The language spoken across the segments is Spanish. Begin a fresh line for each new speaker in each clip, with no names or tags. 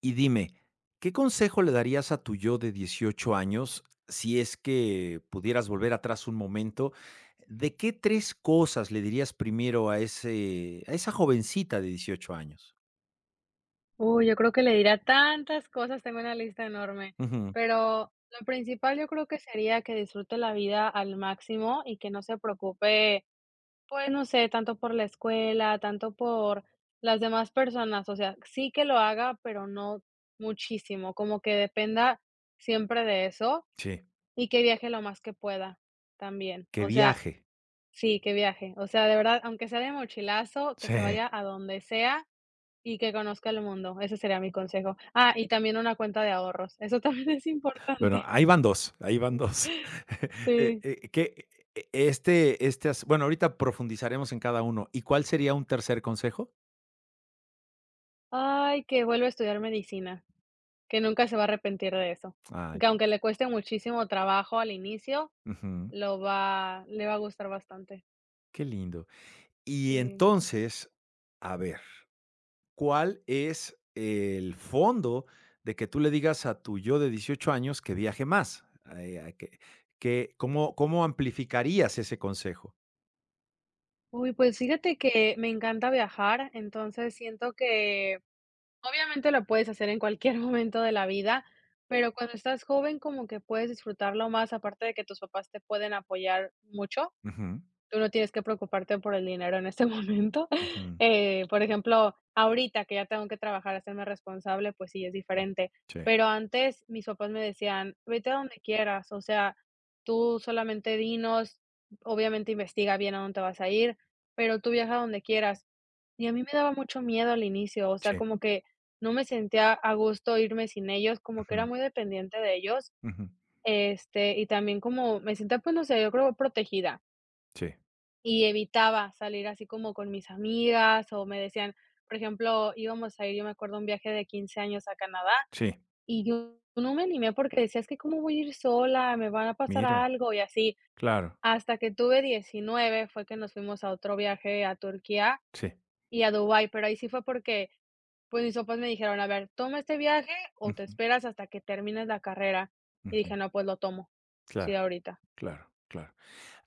Y dime, ¿qué consejo le darías a tu yo de 18 años si es que pudieras volver atrás un momento? ¿De qué 3 cosas le dirías primero a esa jovencita de 18 años?
Uy, yo creo que le diría tantas cosas, tengo una lista enorme,
Ujú,
pero lo principal yo creo que sería que disfrute la vida al máximo y que no se preocupe, pues, no sé, tanto por la escuela, tanto por las demás personas, o sea, sí que lo haga, pero no muchísimo, como que dependa siempre de eso
sí.
y que viaje lo más que pueda también,
Que
o sea,
viaje.
sí, que viaje, o sea, de verdad, aunque sea de mochilazo, que
Sí,
se vaya a donde sea, y que conozca el mundo, ese sería mi consejo. Ah, y también una cuenta de ahorros, eso también es
bueno,
importante.
ahí van 2. Ahí van 2.
Sí.
Que e este este as bueno, ahorita profundizaremos en cada uno. ¿Y cuál sería un tercer consejo?
Ay, que vuelva a estudiar medicina, que nunca se va a arrepentir de eso,
Ay.
que aunque le cueste muchísimo trabajo al inicio,
Ujú,
lo va le va a gustar bastante.
qué lindo. Y
Sí.
entonces, a ver, ¿cuál es el fondo de que tú le digas a tu yo de 18 años que viaje más? Ay, ay, ¿cómo amplificarías ese consejo?
Uy, pues fíjate que me encanta viajar, entonces siento que obviamente lo puedes hacer en cualquier momento de la vida, pero cuando estás joven como que puedes disfrutarlo más, aparte de que tus papás te pueden apoyar mucho.
Ujú,
Tú no tienes que preocuparte por el dinero en este momento.
ujú.
Por ejemplo, ahorita que ya tengo que trabajar, hacerme responsable, pues sí, es diferente.
Sí,
Pero antes mis papás me decían: vete a donde quieras, o sea, tú solamente dinos, obviamente investiga bien a dónde te vas a ir, pero tú viaja a donde quieras. Y a mí me daba mucho miedo al inicio, o sea,
sí.
como que no me sentía a gusto irme sin ellos, como que
Ujú,
era muy dependiente de ellos,
ujú.
y también como me sentía, pues no sé, yo creo protegida,
Sí,
y evitaba salir así como con mis amigas, o me decían, por ejemplo, íbamos a ir, yo me acuerdo, un viaje de 15 años a Canadá,
sí.
y yo no me animé porque decía: "Es que cómo voy a ir sola, me van a pasar
Mira,
algo", y así.
claro.
Hasta que tuve 19 fue que nos fuimos a otro viaje a Turquía
Sí.
y a Dubái, pero ahí sí fue porque, pues, mis papás me dijeron: "A ver, toma este viaje o te
Ujú,
esperas hasta que termines la carrera". Y
ujú.
dije: "No, pues lo tomo". Sí,
Claro,
ahorita.
claro, claro.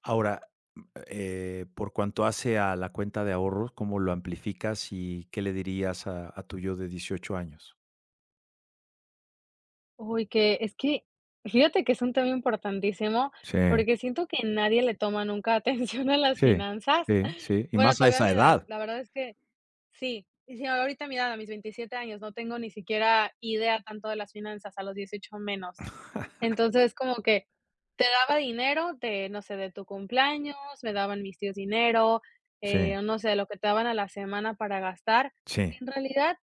Ahora, mm, por cuanto hace a la cuenta de ahorros, ¿cómo lo amplificas y qué le dirías a tu yo de 18 años?
Uy, que es que fíjate que es un tema importantísimo,
Sí.
porque siento que nadie le toma nunca atención a las
Sí,
finanzas.
sí, sí, y
Bueno,
más a
todavía a
esa
mi edad,
edad.
la verdad es que sí. Y si ahorita a mi edad, a mis 27 años, no tengo ni siquiera idea tanto de las finanzas, a los 18 menos. Entonces, como que te daba dinero de, no sé, de tu cumpleaños, me daban mis tíos dinero,
Sí,
no sé, lo que te daban a la semana para gastar.
sí,
En realidad,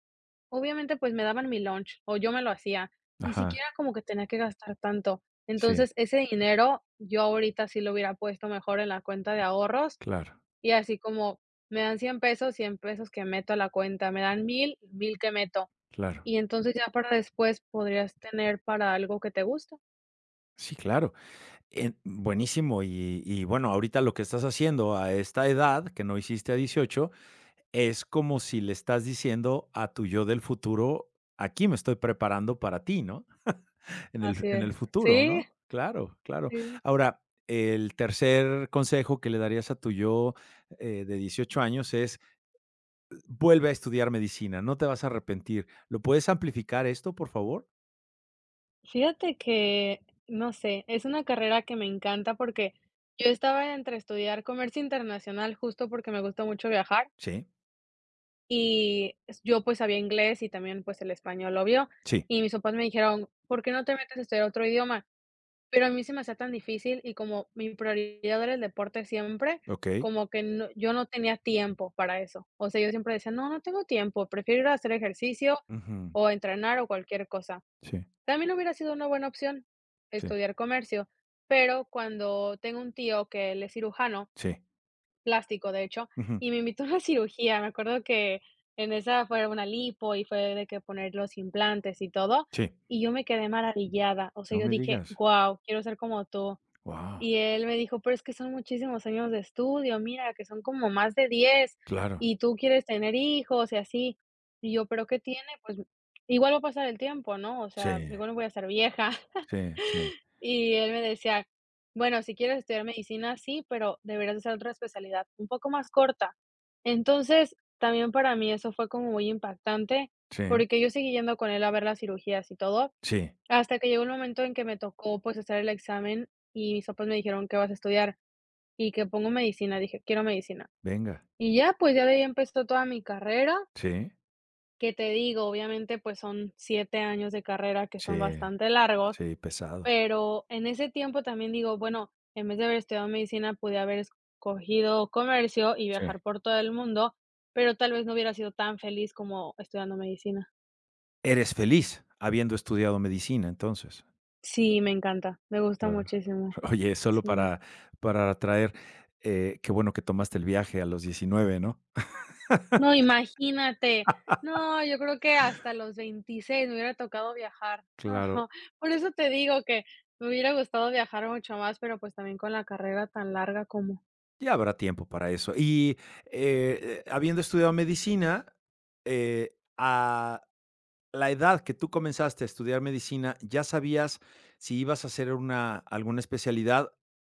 obviamente, pues, me daban mi lunch, o yo me lo hacía, ni
ajá,
siquiera como que tenía que gastar tanto.
sí,
Entonces, ese dinero yo ahorita sí lo hubiera puesto mejor en la cuenta de ahorros,
claro,
y así como me dan 100 pesos, 100 pesos que meto a la cuenta, me dan mil que meto,
claro.
y entonces ya para después podrías tener para algo que te gusta.
Sí, claro. En buenísimo, y bueno, ahorita lo que estás haciendo a esta edad, que no hiciste a 18 es como si le estás diciendo a tu yo del futuro: "Aquí me estoy preparando para ti", ¿no? En el
Así
en el
es.
futuro,
Sí,
¿no? Claro, claro.
sí.
Ahora, el tercer consejo que le darías a tu yo, de 18 años es: vuelve a estudiar medicina, no te vas a arrepentir. ¿Lo puedes amplificar esto, por favor?
Fíjate que, no sé, es una carrera que me encanta porque yo estaba entre estudiar comercio internacional, justo porque me gusta mucho viajar.
Sí,
Y s yo, pues, sabía inglés y también, pues, el español, obvio.
sí,
Y mis papás me dijeron: "¿Por qué no te metes a estudiar otro idioma?". Pero a mí se me hacía tan difícil y como mi prioridad era el deporte siempre,
okey.
como que yo no tenía tiempo para eso. O sea, yo siempre decía: "No, no tengo tiempo, prefiero ir a hacer ejercicio
Ujú.
o entrenar o cualquier cosa".
Sí,
También hubiera sido una buena opción
sí,
estudiar comercio, pero cuando tengo un tío que él es cirujano
sí.
plástico, de hecho,
Ujú.
y me invitó a una cirugía. Me acuerdo que en esa fue una lipo y fue de que poner los implantes y todo,
Sí.
y yo me quedé maravillada. O sea,
No
yo
me
dije:
digas.
"Guau, quiero ser como tú".
Wow.
Y él me dijo: "Pero es que son muchísimos años de estudio, mira, que son como más de 10
Claro.
y tú quieres tener hijos y así". Y yo: "¿Pero qué tiene? Pues igual va a pasar el tiempo, ¿no? O
Sí,
sea, igual no voy a ser vieja".
sí, sí,
Y él me decía: "Bueno, si quieres estudiar medicina, sí, pero deberías de hacer otra especialidad un poco más corta". Entonces, también para mí eso fue como muy impactante,
sí,
porque yo seguí yendo con él a ver las cirugías y todo,
sí.
hasta que llegó el momento en que me tocó, pues, hacer el examen y mis papás me dijeron: "¿Qué vas a estudiar?". Y que pongo medicina, dije: "Quiero medicina".
Venga.
Y ya, pues, ya de ahí empezó toda mi carrera,
Sí,
que te digo, obviamente, pues, son 7 años de carrera que son
sí,
bastante largos.
sí, pesado.
Pero en ese tiempo también digo, bueno, en vez de haber estudiado medicina, pude haber escogido comercio y
Sí.
viajar por todo el mundo, pero tal vez no hubiera sido tan feliz como estudiando medicina.
Eres feliz habiendo estudiado medicina, entonces.
Sí, me encanta, me gusta
Claro.
muchísimo,
Oye, solo
sí.
para atraer, qué bueno que tomaste el viaje a los 19, ¿no?
No, imagínate. No, yo creo que hasta los 26 me hubiera tocado viajar. No,
Claro.
por eso te digo que me hubiera gustado viajar mucho más, pero, pues, también con la carrera tan larga como
Ya habrá tiempo para eso. Y, habiendo estudiado medicina, a la edad que tú comenzaste a estudiar medicina, ¿ya sabías si ibas a hacer una alguna especialidad?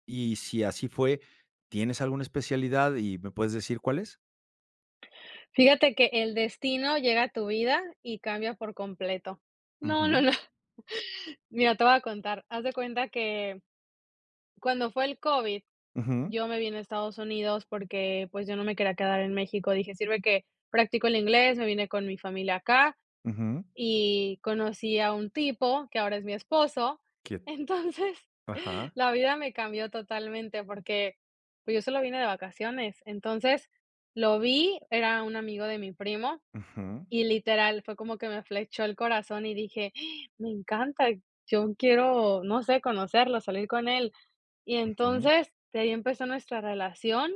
Y si así fue, ¿tienes alguna especialidad y me puedes decir cuál es?
Fíjate que el destino llega a tu vida y cambia por completo. No, no,
Ujú,
no. Mira, te voy a contar. Haz de cuenta que cuando fue el COVID,
ujú,
yo me vine a Estados Unidos porque, pues, yo no me quería quedar en México. Dije: "Sirve que practico el inglés", me vine con mi familia acá
ujú,
y conocí a un tipo que ahora es mi esposo.
que
Entonces,
ajá,
la vida me cambió totalmente porque, pues, yo solo vine de vacaciones. Entonces, lo vi, era un amigo de mi primo
ujú,
y literal, fue como que me flechó el corazón y dije: "Ah, me encanta, yo quiero, no sé, conocerlo, salir con él". Y
ujú,
entonces, de ahí empezó nuestra relación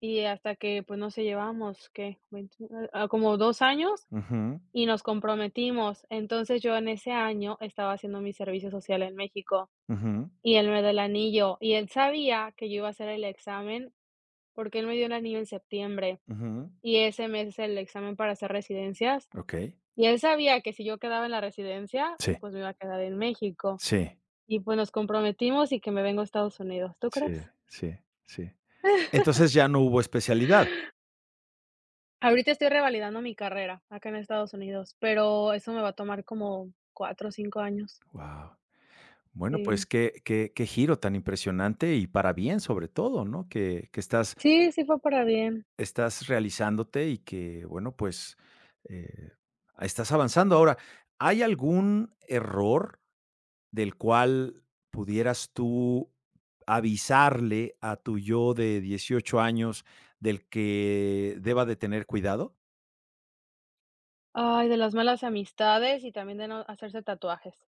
y hasta que, pues, no sé, llevamos ¿qué? 21, como 2 años
ujú,
y nos comprometimos. Entonces, yo en ese año estaba haciendo mi servicio social en México
ujú,
y él me dio el anillo, y él sabía que yo iba a hacer el examen porque él me dio el anillo en septiembre
ujú.
y ese mes es el examen para hacer residencias.
Okey.
Y él sabía que si yo quedaba en la residencia,
Sí,
pues me iba a quedar en México.
sí,
Y pues nos comprometimos y que me vengo a Estados Unidos, ¿tú crees?
sí, sí, sí. Entonces, ya no hubo especialidad.
Ahorita estoy revalidando mi carrera acá en Estados Unidos, pero eso me va a tomar como 4 o 5 años.
Guau. Bueno, pues
Sí.
qué giro tan impresionante y para bien, sobre todo, ¿no? Que estás
Sí, sí fue para bien.
estás realizándote y que, bueno, pues, eh, estás avanzando. Ahora, ¿hay algún error del cual pudieras tú avisarle a tu yo de 18 años del que deba de tener cuidado?
Ay, de las malas amistades y también de no hacerse tatuajes.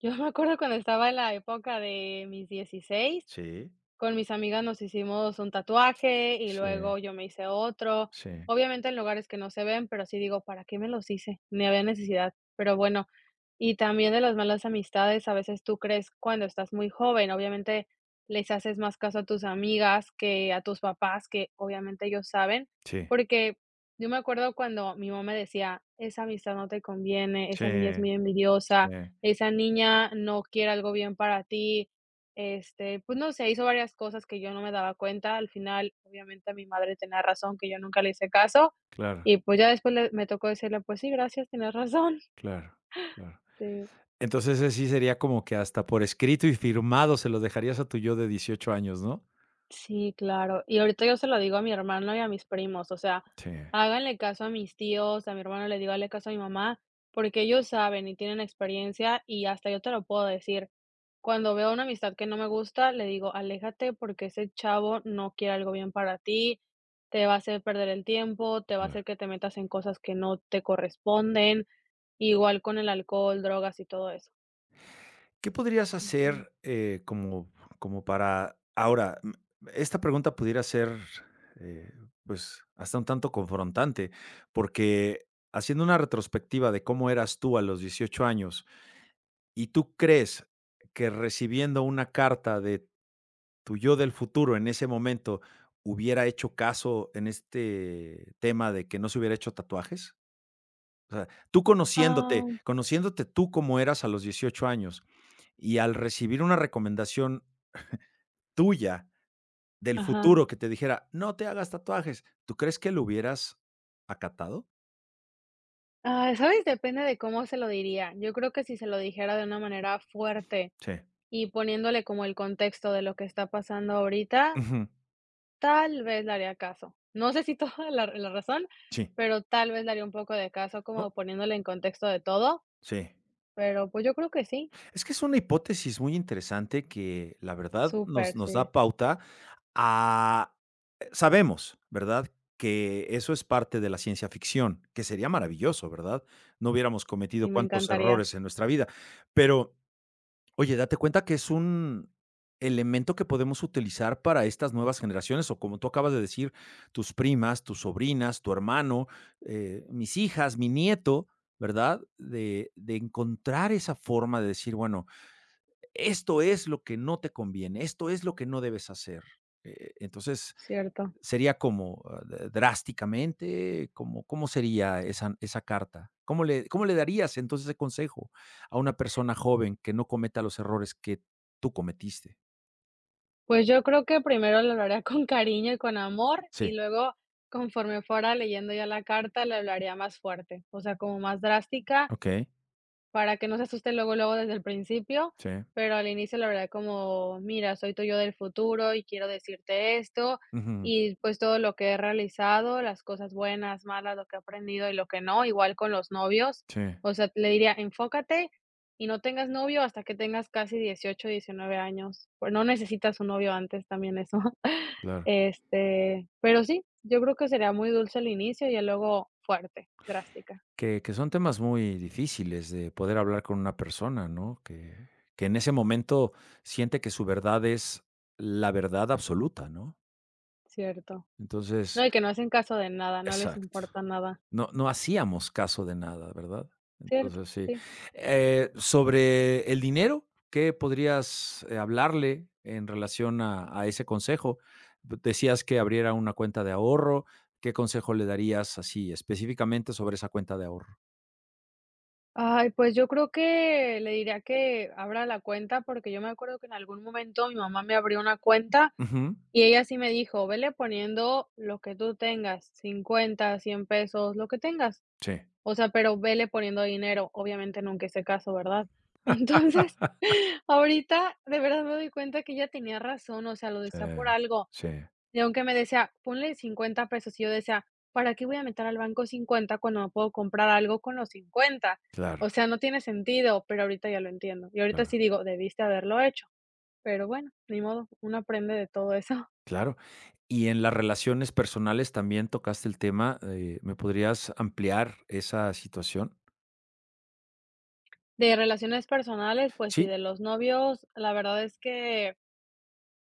Yo me acuerdo cuando estaba en la época de mis 16.
Sí,
Con mis amigas nos hicimos un tatuaje y
sí,
luego yo me hice otro.
sí,
Obviamente en lugares que no se ven, pero sí digo, ¿para qué me los hice? Ni había necesidad. Pero bueno, y también de las malas amistades, a veces tú crees cuando estás muy joven, obviamente les haces más caso a tus amigas que a tus papás, que obviamente ellos saben,
sí,
porque yo me acuerdo cuando mi mamá me decía: esa amistad no te conviene, esa niña es
sí,
muy
sí,
envidiosa, esa niña no quiere algo bien para ti, pues no sé, hizo varias cosas que yo no me daba cuenta. Al final, obviamente, mi madre tenía razón, que yo nunca le hice caso.
claro,
Y pues ya después le me tocó decirle, pues sí, gracias, tienes razón.
claro, claro.
Sí.
Entonces, ese sí sería como que hasta por escrito y firmado se lo dejarías a tu yo de 18 años, ¿no?
Sí, claro. Y ahorita yo se lo digo a mi hermano y a mis primos, o sea,
Sí,
háganle caso a mis tíos, a mi hermano le digo, hazle caso a mi mamá, porque ellos saben y tienen experiencia, y hasta yo te lo puedo decir. Cuando veo una amistad que no me gusta, le digo: aléjate, porque ese chavo no quiere algo bien para ti, te va a hacer perder el tiempo, te va a
claro.
hacer que te metas en cosas que no te corresponden, igual con el alcohol, drogas y todo eso.
¿Qué podrías
Ujú.
hacer, como para ahora, esta pregunta pudiera ser, eh, pues, hasta un tanto confrontante, porque haciendo una retrospectiva de cómo eras tú a los 18 años, ¿y tú crees que recibiendo una carta de tu yo del futuro en ese momento hubiera hecho caso en este tema de que no se hubiera hecho tatuajes? O sea, tú
Ah,
conociéndote, conociéndote tú como eras a los 18 años y al recibir una recomendación tuya del
ajá.
futuro que te dijera: "No te hagas tatuajes", ¿tú crees que lo hubieras acatado?
Ah, ¿sabes? Depende de cómo se lo diría. Yo creo que si se lo dijera de una manera fuerte
Sí.
y poniéndole como el contexto de lo que está pasando ahorita,
Ujú.
tal vez le haría caso. No sé si toda la razón,
Sí.
pero tal vez le haría un poco de caso, como
¿No?
poniéndole en contexto de todo,
Sí.
pero, pues, yo creo que sí,
Es que es una hipótesis muy interesante que, la verdad, nos
súper,
nos
sí,
da pauta. Ah, Sabemos, ¿verdad?, que eso es parte de la ciencia ficción, que sería maravilloso, ¿verdad? No hubiéramos cometido
sí, me
cuantos
encantaría,
errores en nuestra vida. Pero, oye, date cuenta que es un elemento que podemos utilizar para estas nuevas generaciones, o como tú acabas de decir, tus primas, tus sobrinas, tu hermano, mis hijas, mi nieto, ¿verdad? De encontrar esa forma de decir, bueno, esto es lo que no te conviene, esto es lo que no debes hacer. Entonces
cierto.
sería como, drásticamente, como, ¿cómo sería esa carta? ¿Cómo le darías entonces ese consejo a una persona joven que no cometa los errores que tú cometiste?
Pues, yo creo que primero le hablaría con cariño y con amor, y
Sí,
luego, conforme fuera leyendo ya la carta, le hablaría más fuerte, o sea, como más drástica.
ok,
Para que no se asuste luego, luego desde el principio,
sí.
pero al inicio, la verdad, como: "Mira, soy tu yo del futuro y quiero decirte esto,
Ujú.
y pues todo lo que he realizado, las cosas buenas, malas, lo que he aprendido y lo que no", igual con los novios,
Sí,
o sea, le diría: "Enfócate y no tengas novio hasta que tengas casi 18, 19 años, pues no necesitas un novio antes", también eso.
claro.
Pero sí, yo creo que sería muy dulce al inicio y ya luego fuerte, drástica.
Que son temas muy difíciles de poder hablar con una persona, ¿no? Que en ese momento siente que su verdad es la verdad absoluta, ¿no?
Cierto.
Entonces,
No, y que no hacen caso de nada, no les
exacto.
importa nada.
No hacíamos caso de nada, ¿verdad?
Cierto,
Entonces, sí.
sí.
Sobre el dinero, ¿qué podrías, hablarle en relación a ese consejo? Decías que abriera una cuenta de ahorro, ¿qué consejo le darías así específicamente sobre esa cuenta de ahorro?
Ay, pues yo creo que le diría que abra la cuenta, porque yo me acuerdo que en algún momento mi mamá me abrió una cuenta
Ujú.
y ella sí me dijo: "Vele poniendo lo que tú tengas, 50, 100 pesos, lo que tengas,
Sí,
o sea, pero vele poniendo dinero", obviamente nunca hice caso, ¿verdad? Entonces, ahorita de verdad me doy cuenta que ella tenía razón, o sea, lo
sí,
decía por algo.
sí,
Y aunque me decía: ponle 50 pesos, y yo decía: ¿para qué voy a meter al banco 50 cuando me puedo comprar algo con los 50? O
claro,
sea, no tiene sentido, pero ahorita ya lo entiendo. Y ahorita
claro,
sí digo, debiste haberlo hecho, pero bueno, ni modo, uno aprende de todo eso.
claro. Y en las relaciones personales también tocaste el tema, ¿me podrías ampliar esa situación?
De relaciones personales, pues sí,
Sí,
de los novios, la verdad es que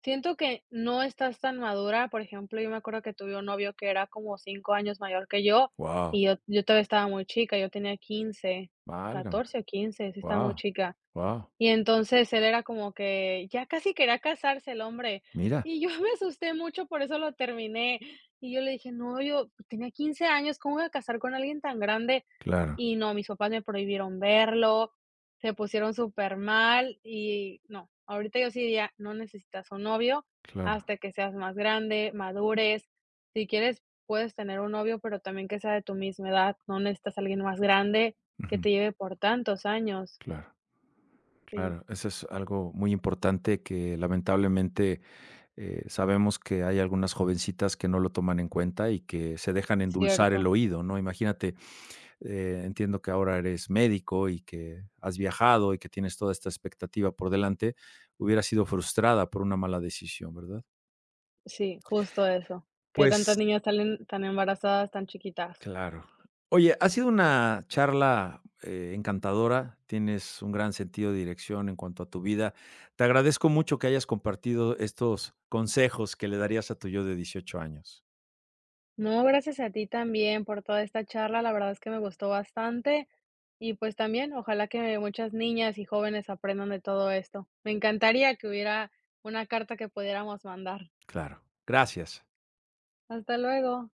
siento que no estás tan madura. Por ejemplo, yo me acuerdo que tuve un novio que era como 5 años mayor que yo,
wow,
y yo todavía estaba muy chica, yo tenía 15
válgame.
14 o quince, sí estaba muy
Wow,
chica.
wow.
Y entonces él era como que ya casi quería casarse el hombre.
Mira,
Y yo me asusté mucho, por eso lo terminé. Y yo le dije: "No, yo tenía 15 años, ¿cómo me voy a casar con alguien tan grande?".
claro,
Y no, mis papás me prohibieron verlo, se pusieron súper mal, y no, ahorita yo sí diría: "No necesitas un novio
claro,
hasta que seas más grande, madures. Si quieres, puedes tener un novio, pero también que sea de tu misma edad, no necesitas a alguien más grande que
ujú,
te lleve por tantos años".
claro,
Sí.
claro. Eso es algo muy importante que lamentablemente, sabemos que hay algunas jovencitas que no lo toman en cuenta y que se dejan endulzar el
Cierto,
oído, ¿no? Imagínate, entiendo que ahora eres médico y que has viajado y que tienes toda esta expectativa por delante, hubiera sido frustrada por una mala decisión, ¿verdad?
sí, justo eso. Que
Pues,
tantas niñas salen tan embarazadas, tan chiquitas.
claro. Oye, ha sido una charla, encantadora. Tienes un gran sentido de dirección en cuanto a tu vida. Te agradezco mucho que hayas compartido estos consejos que le darías a tu yo de 18 años.
No, gracias a ti también por toda esta charla, la verdad es que me gustó bastante y pues también ojalá que muchas niñas y jóvenes aprendan de todo esto. Me encantaría que hubiera una carta que pudiéramos mandar.
Claro. Gracias.
Hasta luego.